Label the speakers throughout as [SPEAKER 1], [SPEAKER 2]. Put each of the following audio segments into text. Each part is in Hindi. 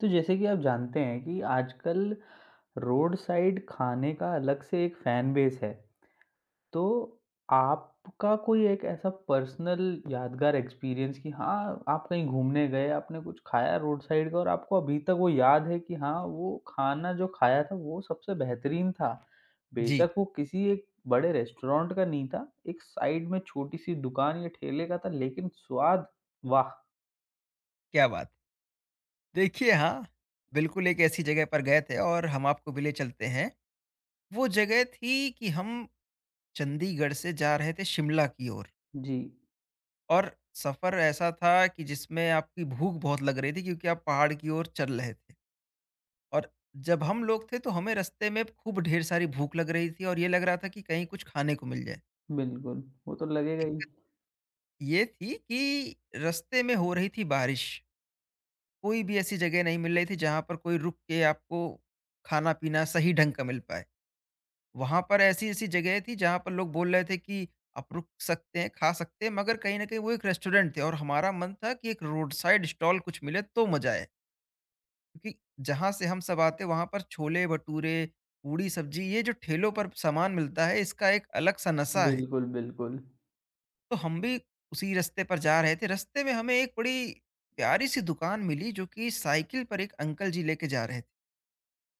[SPEAKER 1] तो जैसे कि आप जानते हैं कि आजकल रोड साइड खाने का अलग से एक फैन बेस है। तो आपका कोई एक ऐसा पर्सनल यादगार एक्सपीरियंस कि हाँ, आप कहीं घूमने गए, आपने कुछ खाया रोड साइड का और आपको अभी तक वो याद है कि हाँ, वो खाना जो खाया था वो सबसे बेहतरीन था।
[SPEAKER 2] जी,
[SPEAKER 1] बेशक वो किसी एक बड़े रेस्टोरेंट का नहीं था, एक साइड में छोटी-सी दुकान या ठेले का था लेकिन स्वाद वाह!
[SPEAKER 2] क्या बात! देखिए हाँ, बिल्कुल एक ऐसी जगह पर गए थे और हम आपको भी ले चलते हैं। वो जगह थी कि हम चंडीगढ़ से जा रहे थे शिमला की ओर।
[SPEAKER 1] जी,
[SPEAKER 2] और सफ़र ऐसा था कि जिसमें आपकी भूख बहुत लग रही थी क्योंकि आप पहाड़ की ओर चल रहे थे। और जब हम लोग थे तो हमें रास्ते में खूब ढेर सारी भूख लग रही थी और ये लग रहा था कि कहीं कुछ खाने को मिल जाए।
[SPEAKER 1] बिल्कुल, वो तो लगेगा ही।
[SPEAKER 2] दिक्कत ये थी कि रास्ते में हो रही थी बारिश। कोई भी ऐसी जगह नहीं मिल रही थी जहाँ पर कोई रुक के आपको खाना-पीना सही ढंग का मिल पाए। वहाँ पर ऐसी-ऐसी जगह थी जहाँ पर लोग बोल रहे थे कि आप रुक सकते हैं, खा सकते हैं, मगर कहीं न कहीं वो एक रेस्टोरेंट थे और हमारा मन था कि एक रोड साइड स्टॉल कुछ मिले तो मज़ा आए। क्योंकि जहाँ से हम सब आते, वहाँ पर छोले-भटूरे, पूड़ी-सब्जी, ये जो ठेलों पर सामान मिलता है, इसका एक अलग-सा नशा है।
[SPEAKER 1] बिल्कुल, बिल्कुल।
[SPEAKER 2] तो हम भी उसी रास्ते पर जा रहे थे। रास्ते में हमें एक बड़ी प्यारी-सी दुकान मिली, जो कि साइकिल पर एक अंकल जी लेके जा रहे थे।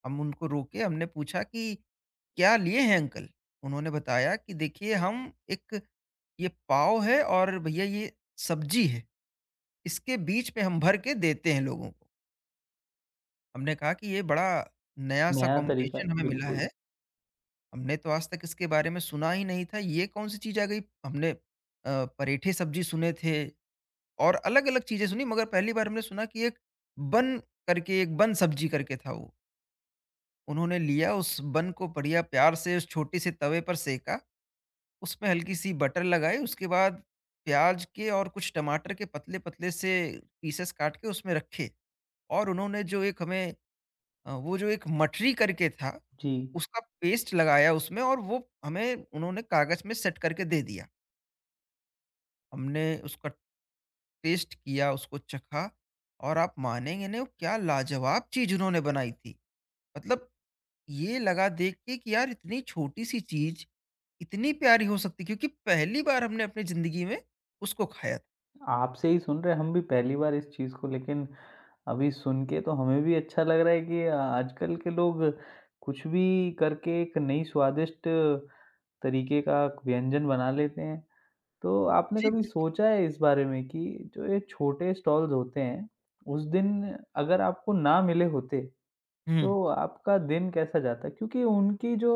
[SPEAKER 2] हम उनको रोके, हमने पूछा कि क्या लिए हैं अंकल? उन्होंने बताया कि देखिए, हम एक ये पाव है और भैया ये सब्जी है, इसके बीच में हम भर के देते हैं लोगों को। हमने कहा कि ये बड़ा नया-सा
[SPEAKER 1] नया तरीका
[SPEAKER 2] कॉम्बिनेशन
[SPEAKER 1] है,
[SPEAKER 2] हमें मिला
[SPEAKER 1] बिल्कुल।
[SPEAKER 2] है, हमने तो आज तक इसके बारे में सुना ही नहीं था, ये कौन-सी चीज़ आ गई? हमने परेठे सब्जी सुने थे और अलग-अलग चीज़ें सुनी, मगर पहली बार हमने सुना कि एक बन करके, एक बन सब्जी करके था वो। उन्होंने लिया उस बन को, बढ़िया प्यार से उस छोटे से तवे पर सेंका, उसमें हल्की-सी बटर लगाई, उसके बाद प्याज़ के और कुछ टमाटर के पतले-पतले से पीसेस काट के उसमें रखे और उन्होंने जो एक हमें, वो जो एक मठरी करके था,
[SPEAKER 1] जी,
[SPEAKER 2] उसका पेस्ट लगाया उसमें और वो हमें उन्होंने कागज़ में सेट करके दे दिया। हमने उसका टेस्ट किया, उसको चखा और आप मानेंगे नहीं, वो क्या लाजवाब चीज़ उन्होंने बनाई थी। मतलब ये लगा देख के कि यार, इतनी छोटी-सी चीज़ इतनी प्यारी हो सकती, क्योंकि पहली बार हमने अपनी ज़िंदगी में उसको खाया था।
[SPEAKER 1] आपसे ही सुन रहे हैं हम भी पहली बार इस चीज़ को लेकिन अभी सुन के तो हमें भी अच्छा लग रहा है कि आजकल के लोग कुछ भी करके एक नई स्वादिष्ट तरीके का व्यंजन बना लेते हैं। तो आपने
[SPEAKER 2] जी,
[SPEAKER 1] कभी
[SPEAKER 2] बिल्कुल।
[SPEAKER 1] सोचा है इस बारे में कि जो ये छोटे स्टॉल्स होते हैं, उस दिन अगर आपको ना मिले होते,
[SPEAKER 2] हुँ,
[SPEAKER 1] तो आपका दिन कैसा जाता? क्योंकि उनकी जो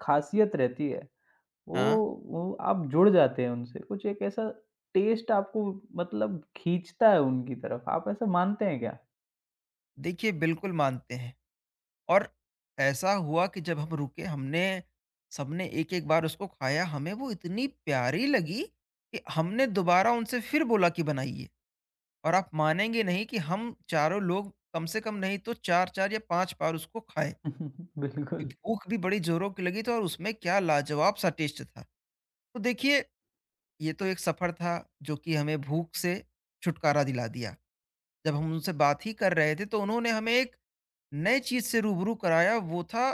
[SPEAKER 1] खासियत रहती है वो
[SPEAKER 2] हाँ,
[SPEAKER 1] वो आप जुड़ जाते हैं उनसे, कुछ एक ऐसा टेस्ट आपको मतलब खींचता है उनकी तरफ, आप ऐसा मानते हैं क्या?
[SPEAKER 2] देखिए बिल्कुल मानते हैं। और ऐसा हुआ कि जब हम रुके, हमने, सबने एक-एक बार उसको खाया, हमें वो इतनी प्यारी लगी कि हमने दोबारा उनसे फिर बोला कि बनाइए। और आप मानेंगे नहीं कि हम चारों लोग कम से कम नहीं तो 4-4 या 5 बार उसको खाए।
[SPEAKER 1] बिल्कुल,
[SPEAKER 2] भूख भी बड़ी ज़ोरों की लगी थी और उसमें क्या लाजवाब-सा टेस्ट था। तो देखिए, ये तो एक सफर था जो कि हमें भूख से छुटकारा दिला दिया। जब हम उनसे बात ही कर रहे थे, तो उन्होंने हमें एक नए चीज़ से रूबरू कराया। वो था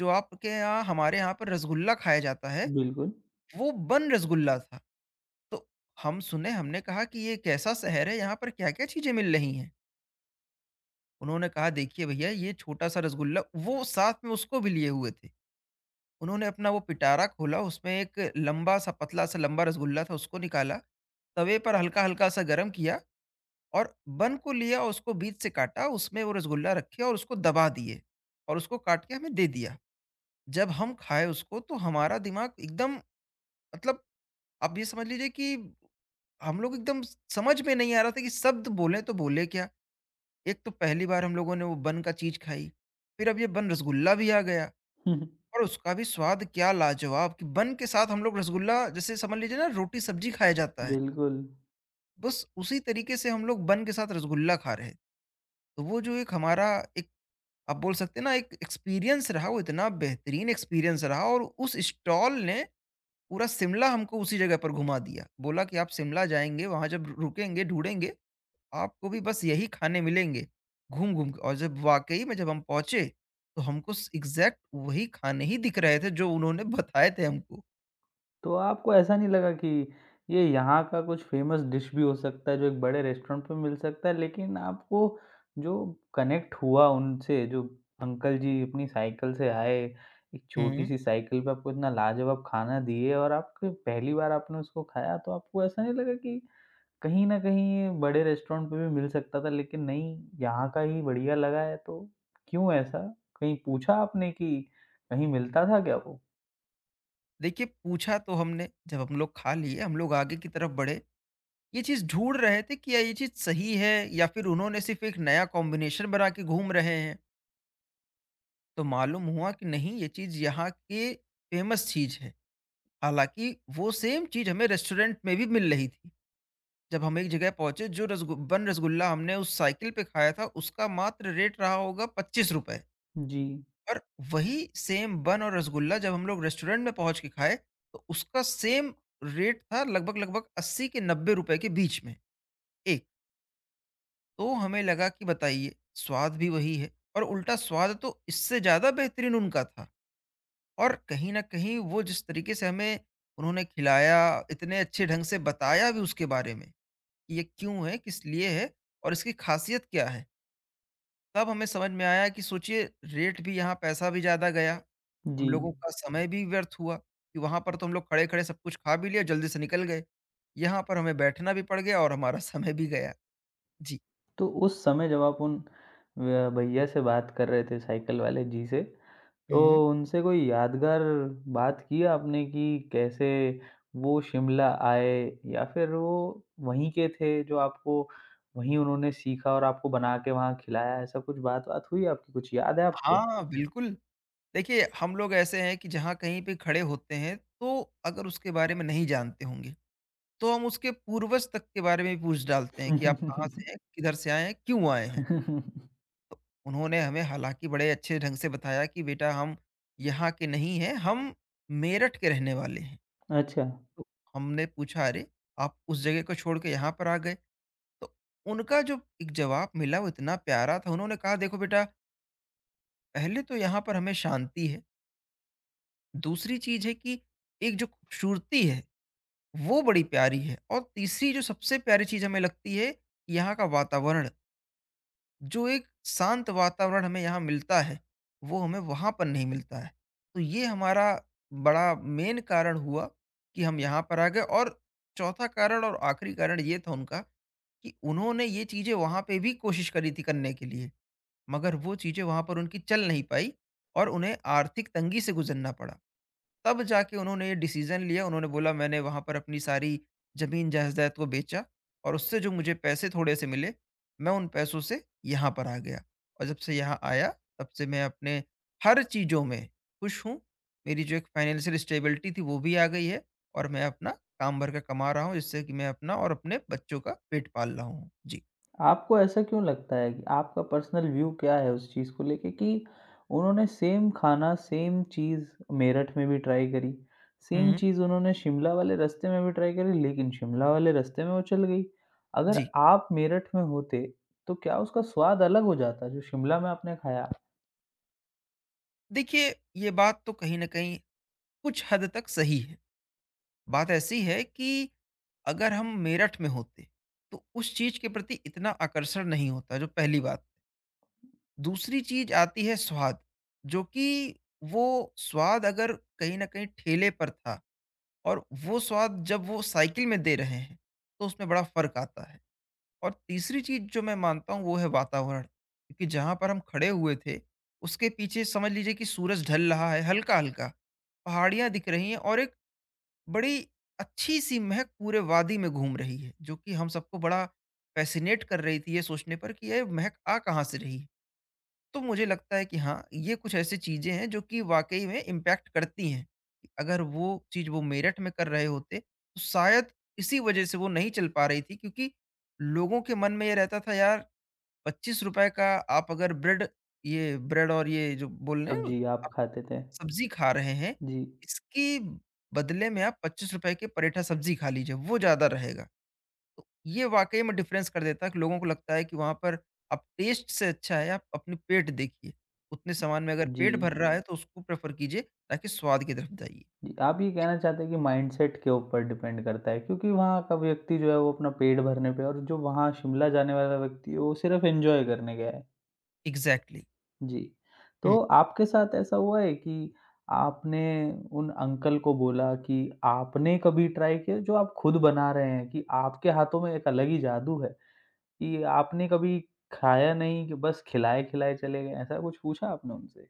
[SPEAKER 2] जो आपके यहाँ, हमारे यहाँ पर रसगुल्ला खाया जाता है,
[SPEAKER 1] बिल्कुल,
[SPEAKER 2] वो बन रसगुल्ला था। तो हम सुने, हमने कहा कि ये कैसा शहर है, यहाँ पर क्या-क्या चीज़ें मिल रही हैं? उन्होंने कहा देखिए भैया, ये छोटा-सा रसगुल्ला वो साथ में उसको भी लिए हुए थे। उन्होंने अपना वो पिटारा खोला, उसमें एक लंबा-सा पतला-सा लंबा रसगुल्ला था, उसको निकाला, तवे पर हल्का-हल्का सा गरम किया और बन को लिया, उसको बीच से काटा, उसमें वो रसगुल्ला रखे और उसको दबा दिए और उसको काट के हमें दे दिया। जब हम खाए उसको, तो हमारा दिमाग एकदम, मतलब आप ये समझ लीजिए कि हम लोग एकदम, स समझ में नहीं आ रहा था कि शब्द बोलें तो बोलें क्या? एक तो पहली बार हम लोगों ने वो बन का चीज़ खाई, फिर अब ये बन रसगुल्ला भी आ गया और उसका भी स्वाद क्या लाजवाब, कि बन के साथ हम लोग रसगुल्ला, जैसे समझ लीजिए ना रोटी-सब्जी खाया जाता है,
[SPEAKER 1] बिल्कुल।
[SPEAKER 2] बस उसी तरीके से हम लोग बन के साथ रसगुल्ला खा रहे हैं। तो वो जो एक हमारा एक, आप बोल सकते हैं ना, एक एक्सपीरियंस रहा, वो इतना बेहतरीन एक्सपीरियंस रहा। और उस स्टॉल ने पूरा शिमला हमको उसी जगह पर घुमा दिया, बोला कि आप शिमला जाएंगे, वहां जब रुकेंगे, ढूंढेंगे, आपको भी बस यही खाने मिलेंगे घूम घूम के। और जब वाकई में जब हम पहुंचे, तो हमको एग्जैक्ट वही खाने ही दिख रहे थे जो उन्होंने बताए थे हमको।
[SPEAKER 1] तो आपको ऐसा नहीं लगा कि ये यहाँ का कुछ फ़ेमस डिश भी हो सकता है, जो एक बड़े रेस्टोरेंट पे मिल सकता है, लेकिन आपको जो कनेक्ट हुआ उनसे, जो अंकल जी अपनी साइकिल से आए, एक
[SPEAKER 2] हम्म।
[SPEAKER 1] छोटी-सी साइकिल पे आपको इतना लाजवाब खाना दिए और आपके पहली बार आपने उसको खाया, तो आपको ऐसा नहीं लगा कि कहीं न कहीं ये बड़े रेस्टोरेंट पे भी मिल सकता था लेकिन नहीं, यहाँ का ही बढ़िया लगा है तो क्यों ऐसा? कहीं पूछा आपने कि कहीं मिलता था क्या वो?
[SPEAKER 2] देखिए, पूछा तो हमने। जब हम लोग खा लिए, हम लोग आगे की तरफ बढ़े, ये चीज ढूंढ रहे थे कि या ये चीज सही है या फिर उन्होंने सिर्फ एक नया कॉम्बिनेशन बना के घूम रहे हैं। तो मालूम हुआ कि नहीं, ये चीज़ यहाँ की फ़ेमस चीज़ है। हालाँकि वो सेम चीज़ हमें रेस्टोरेंट में भी मिल रही थी। जब हम एक जगह पहुँचे, जो रसगु बन रसगुल्ला हमने उस साइकिल पे खाया था, उसका मात्र रेट रहा होगा ₹25,
[SPEAKER 1] जी,
[SPEAKER 2] और वही सेम बन और रसगुल्ला जब हम लोग रेस्टोरेंट में पहुँच के खाए, तो उसका सेम रेट था लगभग-लगभग 80 के ₹90 के बीच में, एक। तो हमें लगा कि बताइए, स्वाद भी वही है और उल्टा स्वाद तो इससे ज़्यादा बेहतरीन उनका था। और कहीं न कहीं वो जिस तरीके से हमें उन्होंने खिलाया, इतने अच्छे ढंग से बताया भी उसके बारे में कि ये क्यों है, किस लिए है और इसकी ख़ासियत क्या है। तब हमें समझ में आया कि सोचिए, रेट भी यहाँ, पैसा भी ज़्यादा गया,
[SPEAKER 1] जी।
[SPEAKER 2] हम लोगों का समय भी व्यर्थ हुआ। कि वहाँ पर तो हम लोग खड़े-खड़े सब कुछ खा भी लिया, जल्दी से निकल गए। यहाँ पर हमें बैठना भी पड़ गया और हमारा समय भी गया। जी।
[SPEAKER 1] तो उस समय जब आप उन व भैया से बात कर रहे थे साइकिल वाले जी से,
[SPEAKER 2] हुँ।
[SPEAKER 1] तो उनसे कोई यादगार बात की आपने कि कैसे वो शिमला आए या फिर वो वहीं के थे जो आपको वहीं उन्होंने सीखा और आपको बना के वहाँ खिलाया, ऐसा कुछ बात-वात हुई आपकी? कुछ याद है आपको?
[SPEAKER 2] हाँ, बिल्कुल। देखिए, हम लोग ऐसे हैं कि जहाँ कहीं पे खड़े होते हैं, तो अगर उसके बारे में नहीं जानते होंगे, तो हम उसके पूर्वज तक के बारे में भी पूछ डालते हैं कि आप कहाँ से हैं, किधर से आए हैं, क्यों आए हैं?
[SPEAKER 1] अच्छा,
[SPEAKER 2] तो उन्होंने हमें हालाँकि बड़े अच्छे ढंग से बताया कि बेटा, हम यहाँ के नहीं हैं, हम मेरठ के रहने वाले हैं। तो हमने पूछा अरे! आप उस जगह को छोड़ के यहाँ पर आ गए। तो उनका जो एक जवाब मिला, वो इतना प्यारा था। उन्होंने कहा देखो बेटा, पहले तो यहाँ पर हमें शांति है, दूसरी चीज़ है कि एक जो खूबसूरती है, वो बड़ी प्यारी है, और तीसरी जो सबसे प्यारी चीज़ हमें लगती है, यहाँ का वातावरण। जो एक शांत वातावरण हमें यहाँ मिलता है, वो हमें वहाँ पर नहीं मिलता है। तो ये हमारा बड़ा मेन कारण हुआ कि हम यहाँ पर आ गए। और चौथा कारण और आखिरी कारण ये था उनका, कि उन्होंने ये चीज़ें वहाँ पे भी कोशिश करी थी करने के लिए, मगर वो चीज़ें वहाँ पर उनकी चल नहीं पाई और उन्हें आर्थिक तंगी से गुज़रना पड़ा। तब जाके उन्होंने ये डिसीज़न लिया। उन्होंने बोला, मैंने वहाँ पर अपनी सारी ज़मीन जायदाद को बेचा और उससे जो मुझे पैसे थोड़े-से मिले, मैं उन पैसों से यहाँ पर आ गया। और जब से यहाँ आया, तब से मैं अपने हर चीज़ों में खुश हूँ। मेरी जो एक फाइनेंशियल स्टेबिलिटी थी, वो भी आ गई है और मैं अपना काम भर के कमा रहा हूँ, जिससे कि मैं अपना और अपने बच्चों का पेट पाल रहा हूँ। जी।
[SPEAKER 1] आपको ऐसा क्यों लगता है कि आपका पर्सनल व्यू क्या है उस चीज़ को लेके कि उन्होंने सेम खाना, सेम चीज़ मेरठ में भी ट्राई करी, सेम
[SPEAKER 2] हुँ।
[SPEAKER 1] चीज़ उन्होंने शिमला वाले रास्ते में भी ट्राई करी लेकिन शिमला वाले रास्ते में वो चल गई। अगर
[SPEAKER 2] जी।
[SPEAKER 1] आप मेरठ में होते, तो क्या उसका स्वाद अलग हो जाता जो शिमला में आपने खाया,
[SPEAKER 2] देखिए, ये बात तो कहीं न कहीं कुछ हद तक सही है। बात ऐसी है कि अगर हम मेरठ में होते तो उस चीज के प्रति इतना आकर्षण नहीं होता, जो पहली बात। दूसरी चीज आती है स्वाद, जो कि वो स्वाद अगर कहीं ना कहीं ठेले पर था और वो स्वाद जब वो साइकिल में दे रहे हैं, तो उसमें बड़ा फर्क आता है। और तीसरी चीज जो मैं मानता हूँ, वो है वातावरण, क्योंकि जहाँ पर हम खड़े हुए थे, उसके पीछे समझ लीजिए कि सूरज ढल रहा है हल्का हल्का, पहाड़ियाँ दिख रही हैं और एक बड़ी अच्छी सी महक पूरे वादी में घूम रही है, जो कि हम सबको बड़ा फैसिनेट कर रही थी, ये सोचने पर कि ये महक आ कहाँ से रही है। तो मुझे लगता है कि हाँ, ये कुछ ऐसी चीजें हैं जो कि वाकई में इम्पैक्ट करती हैं, कि अगर वो चीज वो मेरठ में कर रहे होते, तो शायद इसी वजह से वो नहीं चल पा रही थी, क्योंकि लोगों के मन में ये रहता था, यार ₹25 का आप अगर ब्रेड, ये ब्रेड और ये जो बोल रहे हैं,
[SPEAKER 1] सब्जी आप खाते थे?
[SPEAKER 2] सब्ज़ी खा रहे हैं,
[SPEAKER 1] जी,
[SPEAKER 2] इसके बदले में आप ₹25 के पराठा सब्ज़ी खा लीजिए, वो ज़्यादा रहेगा। ये वाक़ई में डिफ़रेंस कर देता है, कि लोगों को लगता है कि वहाँ पर आप टेस्ट से अच्छा है आप अपने पेट देखिए। उतने सामान में अगर
[SPEAKER 1] जी।
[SPEAKER 2] पेट भर रहा हुँ। है तो उसको प्रेफ़र कीजिए, ताकि स्वाद की तरफ जाइए।
[SPEAKER 1] जी, आप ये कहना चाहते हैं कि माइंडसेट के ऊपर डिपेंड करता है क्योंकि वहाँ का व्यक्ति जो है वो अपना पेट भरने पे और जो वहाँ शिमला जाने वाला व्यक्ति है वो सिर्फ़ एन्जॉय करने गया है।
[SPEAKER 2] एग्ज़ैक्टली।
[SPEAKER 1] जी,
[SPEAKER 2] हुँ।
[SPEAKER 1] तो आपके साथ ऐसा हुआ है कि आपने उन अंकल को बोला कि आपने कभी ट्राई किया जो आप खुद बना रहे हैं कि आपके हाथों में एक अलग ही जादू है कि आपने कभी खाया नहीं कि बस खिलाए-खिलाए चले गए, ऐसा कुछ पूछा आपने उनसे?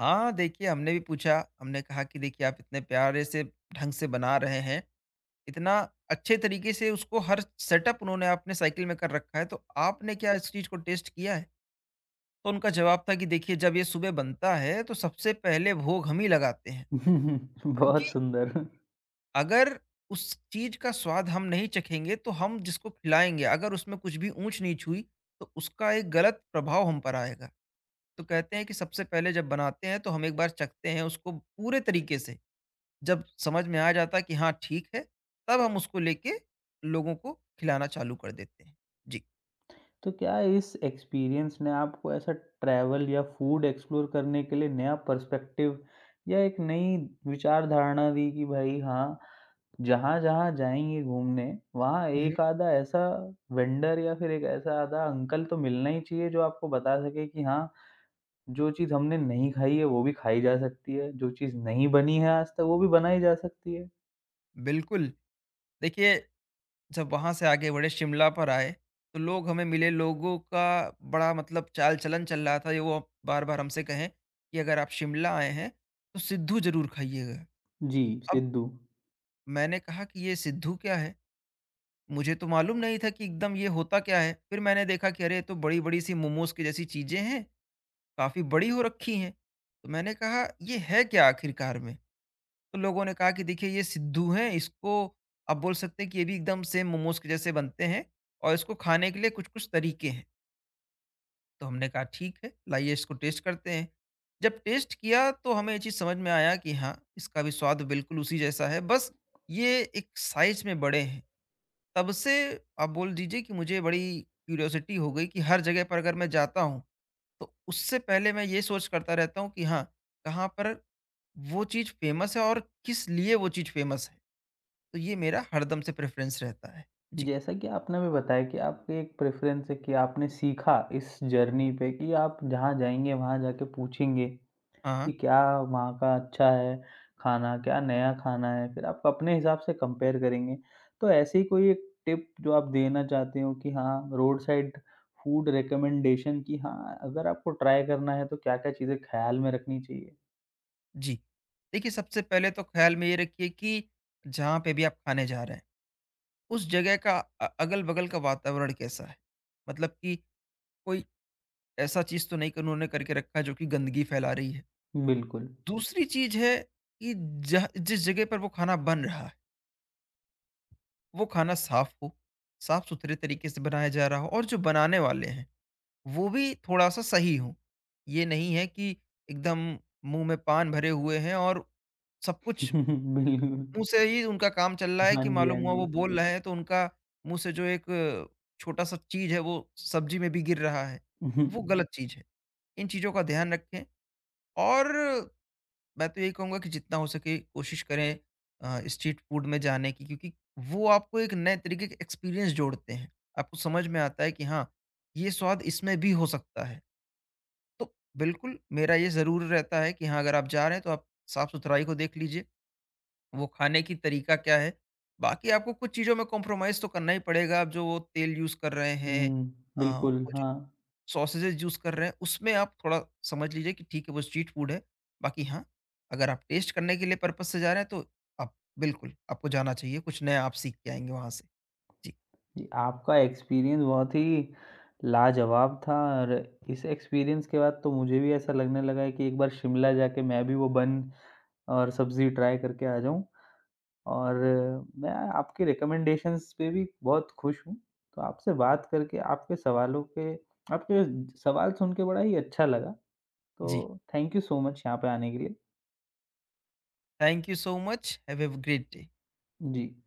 [SPEAKER 2] हाँ, देखिए, हमने भी पूछा, हमने कहा कि देखिए, आप इतने प्यारे से ढंग से बना रहे हैं, इतना अच्छे तरीके से उसको, हर सेटअप उन्होंने अपने साइकिल में कर रखा है, तो आपने क्या इस चीज़ को टेस्ट किया है? तो उनका जवाब था कि देखिए जब ये सुबह बनता है तो सबसे पहले भोग हम ही लगाते हैं।
[SPEAKER 1] बहुत
[SPEAKER 2] क्योंकि
[SPEAKER 1] सुंदर।
[SPEAKER 2] अगर उस चीज का स्वाद हम नहीं चखेंगे तो हम जिसको खिलाएंगे अगर उसमें कुछ भी ऊंच नीच हुई तो उसका एक गलत प्रभाव हम पर आएगा। तो कहते हैं कि सबसे पहले जब बनाते हैं तो हम एक बार चखते हैं उसको पूरे तरीके से। जब समझ में आ जाता है कि हाँ ठीक है तब हम उसको लेके लोगों को खिलाना चालू कर देते हैं। जी।
[SPEAKER 1] तो क्या इस एक्सपीरियंस ने आपको ऐसा ट्रैवल या फूड एक्सप्लोर करने के लिए नया पर्सपेक्टिव या एक नई विचारधारणा दी कि भाई हाँ, जहाँ-जहाँ जाएँगे घूमने, वहाँ
[SPEAKER 2] हम्म,
[SPEAKER 1] एक आधा ऐसा वेंडर या फिर एक ऐसा आधा अंकल तो मिलना ही चाहिए जो आपको बता सके कि हाँ, जो चीज़ हमने नहीं खाई है वो भी खाई जा सकती है, जो चीज़ नहीं बनी है आज तक वो भी बनाई जा सकती है?
[SPEAKER 2] बिल्कुल। देखिए, जब वहाँ से आगे बढ़े शिमला पर आए, तो लोग हमें मिले, लोगों का बड़ा मतलब चाल-चलन चल रहा था, ये वो बार-बार हमसे कहें कि अगर आप शिमला आए हैं, तो सिद्धू ज़रूर खाइएगा।
[SPEAKER 1] जी,
[SPEAKER 2] अब
[SPEAKER 1] सिद्धू।
[SPEAKER 2] मैंने कहा कि ये सिद्धू क्या है? मुझे तो मालूम नहीं था कि एकदम ये होता क्या है? फिर मैंने देखा कि अरे, ये तो बड़ी-बड़ी सी मोमोज़ की जैसी चीज़ें हैं, काफ़ी बड़ी हो रखी हैं। तो मैंने कहा, "ये है क्या आखिरकार में?" तो लोगों ने कहा कि देखिए ये सिद्धू हैं, इसको आप बोल सकते हैं कि ये भी एकदम सेम मोमोज के जैसे बनते हैं और इसको खाने के लिए कुछ कुछ तरीके हैं। तो हमने कहा ठीक है लाइए इसको टेस्ट करते हैं। जब टेस्ट किया तो हमें ये चीज़ समझ में आया कि हाँ इसका भी स्वाद बिल्कुल उसी जैसा है, बस ये एक साइज में बड़े हैं। तब से आप बोल दीजिए कि मुझे बड़ी क्यूरियोसिटी हो गई कि हर जगह पर अगर मैं जाता हूँ तो उससे पहले मैं ये सोच करता रहता हूँ कि हाँ कहाँ पर वो चीज़ फेमस है और किस लिए वो चीज़ फेमस है। तो ये मेरा हरदम से प्रेफ़रेंस रहता है। जी।
[SPEAKER 1] जैसा कि आपने अभी बताया कि आपकी एक प्रेफ़रेंस है कि आपने सीखा इस जर्नी पे कि आप जहाँ जाएँगे वहाँ जाके पूछेंगे कि
[SPEAKER 2] हाँ, हाँ।
[SPEAKER 1] क्या वहाँ का अच्छा है खाना, क्या नया खाना है? फिर आप अपने हिसाब से कंपेयर करेंगे। तो ऐसे ही कोई एक टिप जो आप देना चाहते हो कि हाँ, रोड साइड फूड रिकमेंडेशन कि हाँ, अगर आपको ट्राई करना है तो क्या-क्या चीज़ें ख़्याल में रखनी चाहिए?
[SPEAKER 2] जी। देखिए, सबसे पहले तो ख़्याल में ये रखिए कि जहाँ पे भी आप खाने जा रहे हैं, उस जगह का अगल-बगल का वातावरण कैसा है? मतलब कि कोई ऐसा चीज़ तो नहीं क उन्होंने करके रखा है जो कि गंदगी फैला रही है।
[SPEAKER 1] बिल्कुल।
[SPEAKER 2] दूसरी चीज़ है कि जहाँ जिस जगह पर वो खाना बन रहा है, वो खाना साफ़ हो, साफ़-सुथरे तरीके से बनाया जा रहा हो और जो बनाने वाले हैं वो भी थोड़ा-सा सही हो। ये नहीं है कि एकदम मुँह में पान भरे हुए हैं और सब कुछ
[SPEAKER 1] बिल्कुल।
[SPEAKER 2] मुँह से ही उनका काम चल रहा है
[SPEAKER 1] हाँ
[SPEAKER 2] कि
[SPEAKER 1] जी,
[SPEAKER 2] मालूम
[SPEAKER 1] हाँ
[SPEAKER 2] हुआ वो
[SPEAKER 1] जी।
[SPEAKER 2] बोल रहे हैं तो उनका मुँह से जो एक छोटा-सा चीज़ है वो सब्ज़ी में भी गिर रहा है। वो गलत चीज़ है। इन चीज़ों का ध्यान रखें और मैं तो यही कहूँगा कि जितना हो सके कोशिश करें स्ट्रीट फूड में जाने की, क्योंकि वो आपको एक नए तरीके के एक्सपीरियंस जोड़ते हैं। आपको समझ में आता है कि हाँ, ये स्वाद इसमें भी हो सकता है। तो बिल्कुल, मेरा ये ज़रूर रहता है कि हाँ, अगर आप जा रहे हैं तो आप साफ-सुथराई को देख लीजिए, वो खाने की तरीका क्या है। बाकी आपको कुछ चीज़ों में कॉम्प्रोमाइज़ तो करना ही पड़ेगा, आप जो वो तेल यूज़ कर रहे हैं,
[SPEAKER 1] हुँ, बिल्कुल,
[SPEAKER 2] वो जो
[SPEAKER 1] हाँ।
[SPEAKER 2] सॉसेजेज़ यूज़ कर रहे हैं, उसमें आप थोड़ा समझ लीजिए कि ठीक है, वो स्ट्रीट फूड है। बाकी हाँ, अगर आप टेस्ट करने के लिए पर्पज़ से जा रहे हैं तो आप बिल्कुल, आपको जाना चाहिए, कुछ नया आप सीख के आएँगे वहाँ से। जी,
[SPEAKER 1] जी, आपका एक्सपीरियंस बहुत ही लाजवाब था और इस एक्सपीरियंस के बाद तो मुझे भी ऐसा लगने लगा है कि एक बार शिमला जाके मैं भी वो बन और सब्ज़ी ट्राई करके आ जाऊँ। और मैं आपके रिकमेंडेशंस पे भी बहुत खुश हूँ। तो आपसे बात करके आपके सवालों के आपके सवाल सुन के बड़ा ही अच्छा लगा।
[SPEAKER 2] जी।
[SPEAKER 1] तो थैंक यू सो मच यहाँ पे आने के लिए।
[SPEAKER 2] Thank you so much, have a great day.
[SPEAKER 1] Ji.